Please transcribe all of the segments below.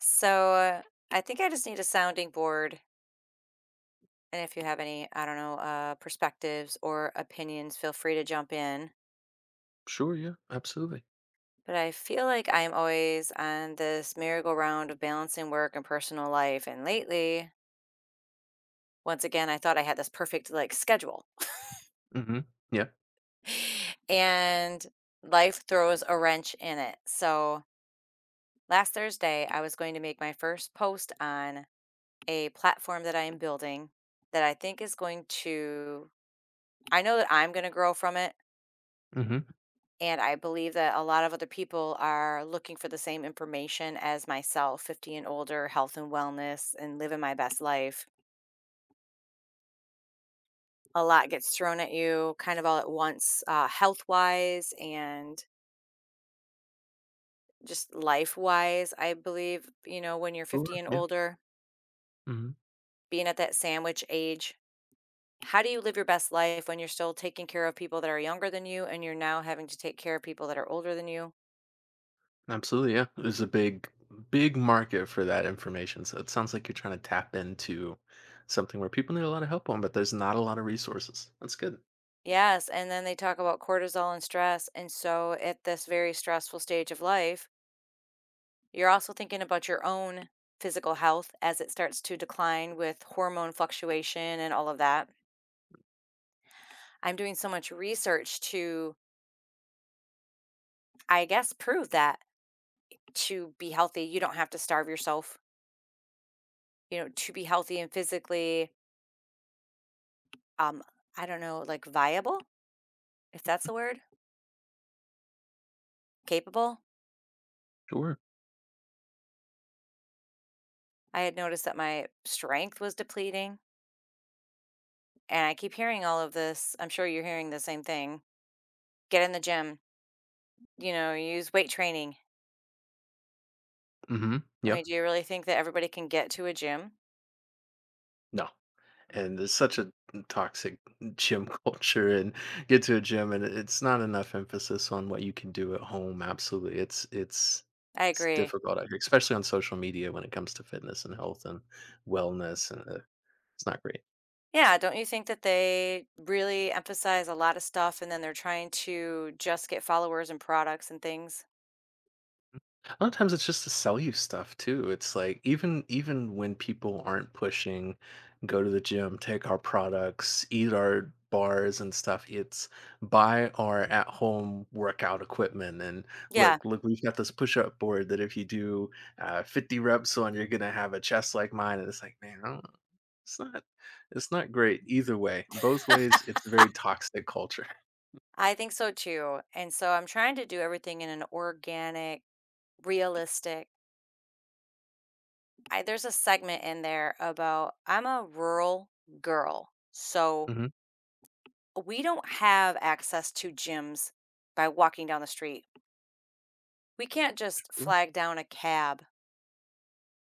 So I think I just need a sounding board. And if you have any, I don't know, perspectives or opinions, feel free to jump in. Sure, yeah, absolutely. But I feel like I'm always on this merry-go-round of balancing work and personal life. And lately, once again, I thought I had this perfect like schedule. Mhm. Yeah. And life throws a wrench in it. So last Thursday, I was going to make my first post on a platform that I am building that I think is going to, I know that I'm going to grow from it. Mhm. And I believe that a lot of other people are looking for the same information as myself, 50 and older, health and wellness, and living my best life. A lot gets thrown at you kind of all at once, health wise and just life wise. I believe, when you're 50 Sure, and yeah. older, Mhm. being at that sandwich age, how do you live your best life when you're still taking care of people that are younger than you and you're now having to take care of people that are older than you? Absolutely, yeah. There's a big market for that information, so it sounds like you're trying to tap into something where people need a lot of help on, but there's not a lot of resources. That's good. Yes, and then they talk about cortisol and stress, and so at this very stressful stage of life, you're also thinking about your own physical health as it starts to decline with hormone fluctuation and all of that. I'm doing so much research to, I guess, prove that to be healthy, you don't have to starve yourself, to be healthy and physically, um, I don't know, like viable, if that's the word, capable. Sure. I had noticed that my strength was depleting. And I keep hearing all of this. I'm sure you're hearing the same thing. Get in the gym, use weight training. Mhm. I Yeah. mean, do you really think that everybody can get to a gym? No. And there's such a toxic gym culture and get to a gym and it's not enough emphasis on what you can do at home. Absolutely, it's it's I it's agree. difficult out here, especially on social media when it comes to fitness and health and wellness. And it's not great. Yeah, don't you think that they really emphasize a lot of stuff and then they're trying to just get followers and products and things? A lot of times it's just to sell you stuff too. It's like even when people aren't pushing, go to the gym, take our products, eat our bars and stuff. It's buy our at home workout equipment and Yeah, look, look, we've got this push up board that if you do 50 reps on, you're gonna have a chest like mine. And it's like, man, I don't, it's not it's not great either way. Both ways, it's a very toxic culture. I think so too. And so I'm trying to do everything in an organic, realistic. There's a segment in there about I'm a rural girl. So Hmm. we don't have access to gyms by walking down the street. We can't just Sure. flag down a cab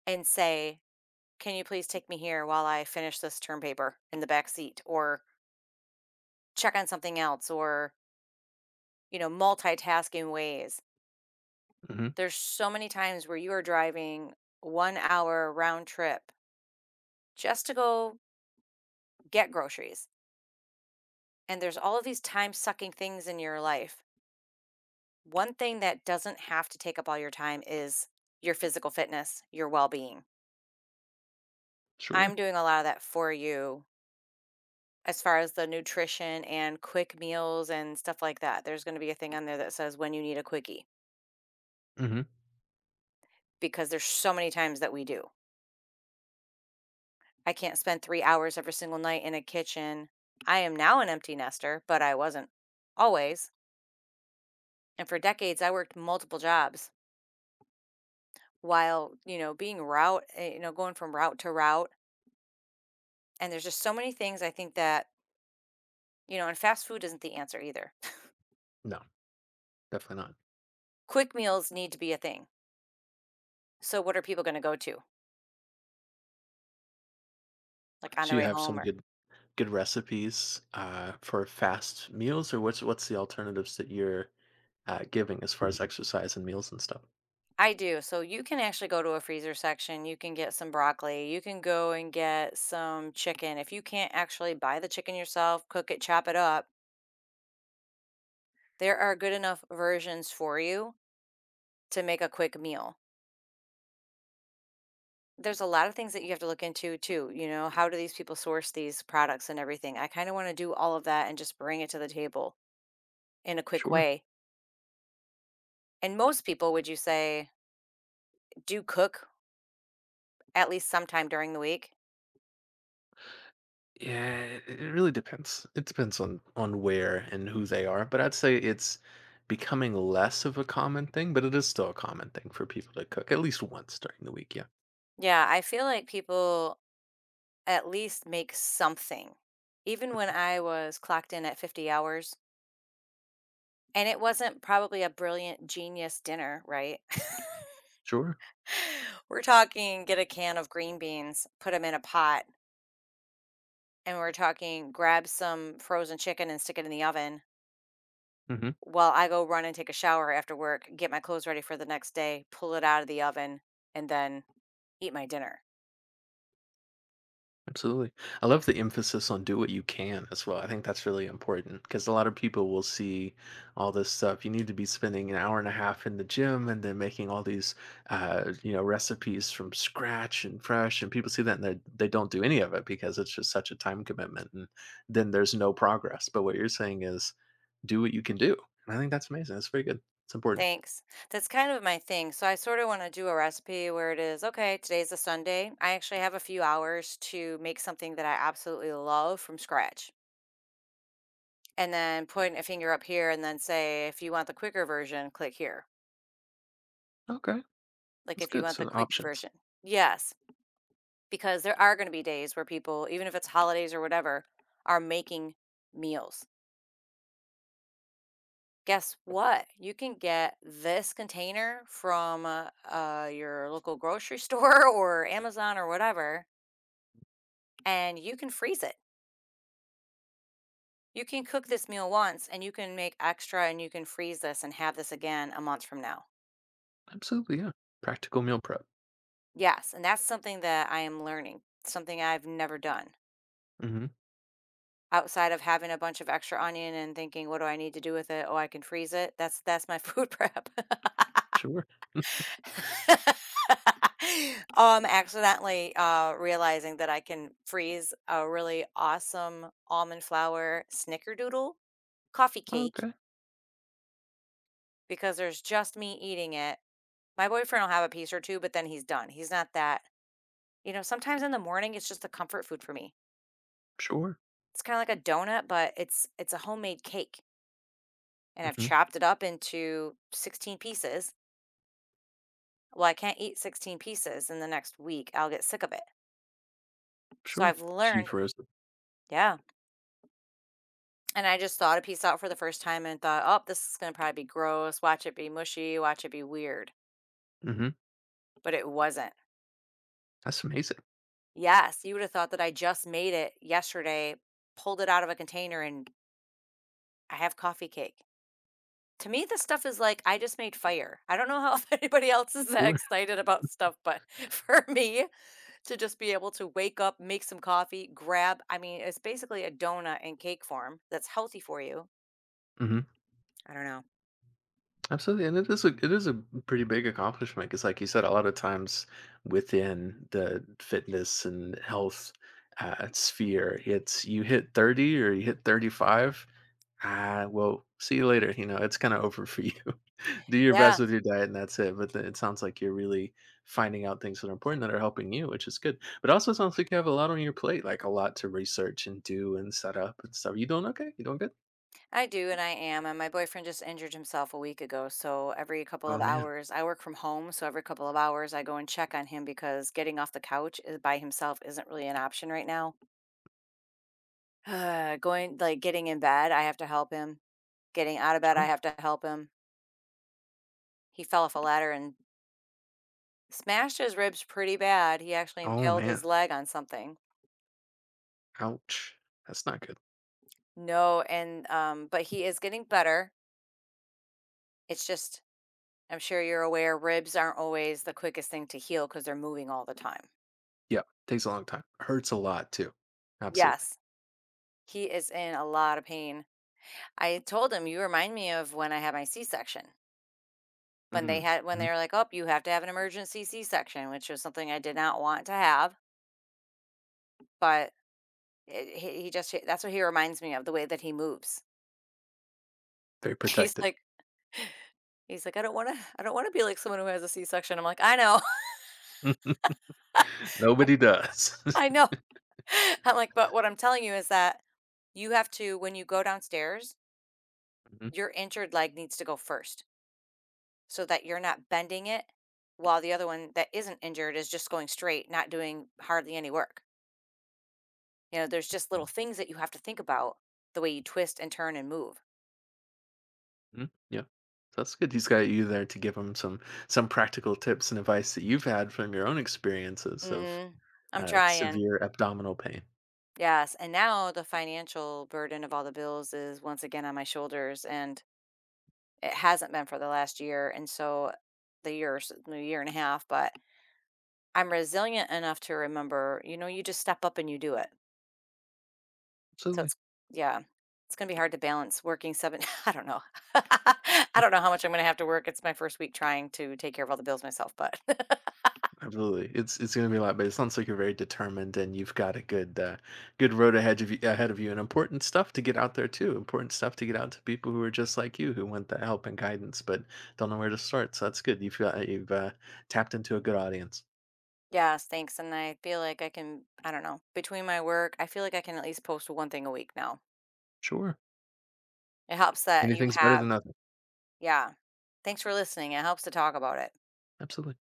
and say, "Can you please take me here while I finish this term paper in the back seat or check on something else or, you know, multitasking ways." Hmm. There's so many times where you are driving 1 hour round trip just to go get groceries. And there's all of these time-sucking things in your life. One thing that doesn't have to take up all your time is your physical fitness, your well-being. Sure. I'm doing a lot of that for you as far as the nutrition and quick meals and stuff like that. There's going to be a thing on there that says when you need a quickie, Hmm. because there's so many times that we do. I can't spend 3 hours every single night in a kitchen. I am now an empty nester, but I wasn't always. And for decades, I worked multiple jobs while, being route, going from route to route. And there's just so many things I think that, and fast food isn't the answer either. No, definitely not. Quick meals need to be a thing. So, what are people going to go to? Like, on So their you way have some home or... good recipes for fast meals, or what's the alternatives that you're giving as far as exercise and meals and stuff? I do, so you can actually go to a freezer section, you can get some broccoli, you can go and get some chicken. If you can't actually buy the chicken yourself, cook it, chop it up, there are good enough versions for you to make a quick meal. There's a lot of things that you have to look into too, how do these people source these products and everything? I kinda wanna do all of that and just bring it to the table in a quick Sure. way. And most people, would you say, do cook at least sometime during the week? Yeah, it really depends. It depends on where and who they are, but I'd say it's becoming less of a common thing, but it is still a common thing for people to cook at least once during the week. Yeah. Yeah, I feel like people at least make something. Even when I was clocked in at 50 hours, and it wasn't probably a brilliant genius dinner, right? Sure. We're talking get a can of green beans, put them in a pot, and we're talking grab some frozen chicken and stick it in the oven Hmm. while I go run and take a shower after work, get my clothes ready for the next day, pull it out of the oven, and then eat my dinner. Absolutely. I love the emphasis on do what you can as well. I think that's really important because a lot of people will see all this stuff. You need to be spending an hour and a half in the gym and then making all these, you know, recipes from scratch and fresh. And people see that and they don't do any of it because it's just such a time commitment. And then there's no progress. But what you're saying is do what you can do. And I think that's amazing. That's very good. It's important. Thanks. That's kind of my thing. So I sort of want to do a recipe where it is, okay, today's a Sunday. I actually have a few hours to make something that I absolutely love from scratch. And then point a finger up here and then say, if you want the quicker version, click here. Okay. Like That's if you good. want the So quickie options. version. Yes, because there are going to be days where people, even if it's holidays or whatever, are making meals. Guess what? You can get this container from your local grocery store or Amazon or whatever, and you can freeze it. You can cook this meal once and you can make extra and you can freeze this and have this again a month from now. Absolutely. Yeah. Practical meal prep. Yes. And that's something that I am learning, something I've never done Hmm. outside of having a bunch of extra onion and thinking, what do I need to do with it? Oh, I can freeze it. That's my food prep. Sure. Accidentally realizing that I can freeze a really awesome almond flour snickerdoodle coffee cake, Okay. because there's just me eating it. My boyfriend will have a piece or two, but then he's done. He's not that, you know, sometimes in the morning, it's just a comfort food for me. Sure. It's kinda like a donut, but it's a homemade cake, and I've Mhm. chopped it up into 16 pieces. Well, I can't eat 16 pieces in the next week, I'll get sick of it. So Sure. I've So you learned... froze it. Yeah, and I just thought a piece out for the first time and thought, "Oh, this is gonna probably be gross, watch it be mushy, watch it be weird," Mhm. but it wasn't. That's amazing. Yes, you would have thought that I just made it yesterday, pulled it out of a container, and I have coffee cake. To me, this stuff is like, I just made fire. I don't know how anybody else is that Sure. excited about stuff, but for me to just be able to wake up, make some coffee, grab, I mean, it's basically a donut in cake form that's healthy for you. Mhm. I don't know. Absolutely, and it is a pretty big accomplishment. Because, like you said, a lot of times within the fitness and health, sphere, it's you hit 30 or you hit 35. Ah, well, see you later, you know, it's kinda over for you. Do your Yeah, best with your diet and that's it, but then it sounds like you're really finding out things that are important that are helping you, which is good. But also sounds like you have a lot on your plate, like a lot to research and do and set up and stuff. You doing okay? You doing good? I do, and I am. And my boyfriend just injured himself a week ago. So every couple Oh, of man. hours, I work from home. So every couple of hours, I go and check on him because getting off the couch is, by himself, isn't really an option right now. Going, like, getting in bed, I have to help him. Getting out of bed, I Sure. have to help him. He fell off a ladder and smashed his ribs pretty bad. He actually Oh, impaled his man. leg on something. Ouch. That's not good. No, and, but he is getting better. It's just, I'm sure you're aware, ribs aren't always the quickest thing to heal because they're moving all the time. Yeah, takes a long time. Hurts a lot too. Absolutely. Yes, he is in a lot of pain. I told him, you remind me of when I had my C-section. When they Mhm. had, when they Mhm. were like, oh, you have to have an emergency C-section, which was something I did not want to have. But it, he just, that's what he reminds me of, the way that he moves. Very He's protected. like, He's like, "I don't wanna be like someone who has a C-section." I'm like, "I know. Nobody does. I know." I'm like, "But what I'm telling you is that you have to, when you go downstairs, Mhm. your injured leg needs to go first so that you're not bending it while the other one that isn't injured is just going straight, not doing hardly any work." You know, there's just little things that you have to think about, the way you twist and turn and move. Mhm, yeah. So that's good he's got you there to give him some practical tips and advice that you've had from your own experiences of, Mhm. I'm trying. severe abdominal pain. Yes, and now the financial burden of all the bills is once again on my shoulders, and it hasn't been for the last year, and so the year and a half, but I'm resilient enough to remember, you just step up and you do it. So Absolutely. it's, yeah, it's going to be hard to balance working seven. I don't know. I don't know how much I'm going to have to work. It's my first week trying to take care of all the bills myself, but Absolutely. It's gonna be a lot, but it sounds like you're very determined and you've got a good, good road ahead of you and important stuff to get out there too, important stuff to get out to people who are just like you, who want the help and guidance but don't know where to start, so that's good. You feel you've, tapped into a good audience. yes, thanks. And I feel like I can, I don't know, between my work, I feel like I can at least post one thing a week now. Sure. It helps that you Anything's better than have, nothing. yeah. Thanks for listening. It helps to talk about it. Absolutely.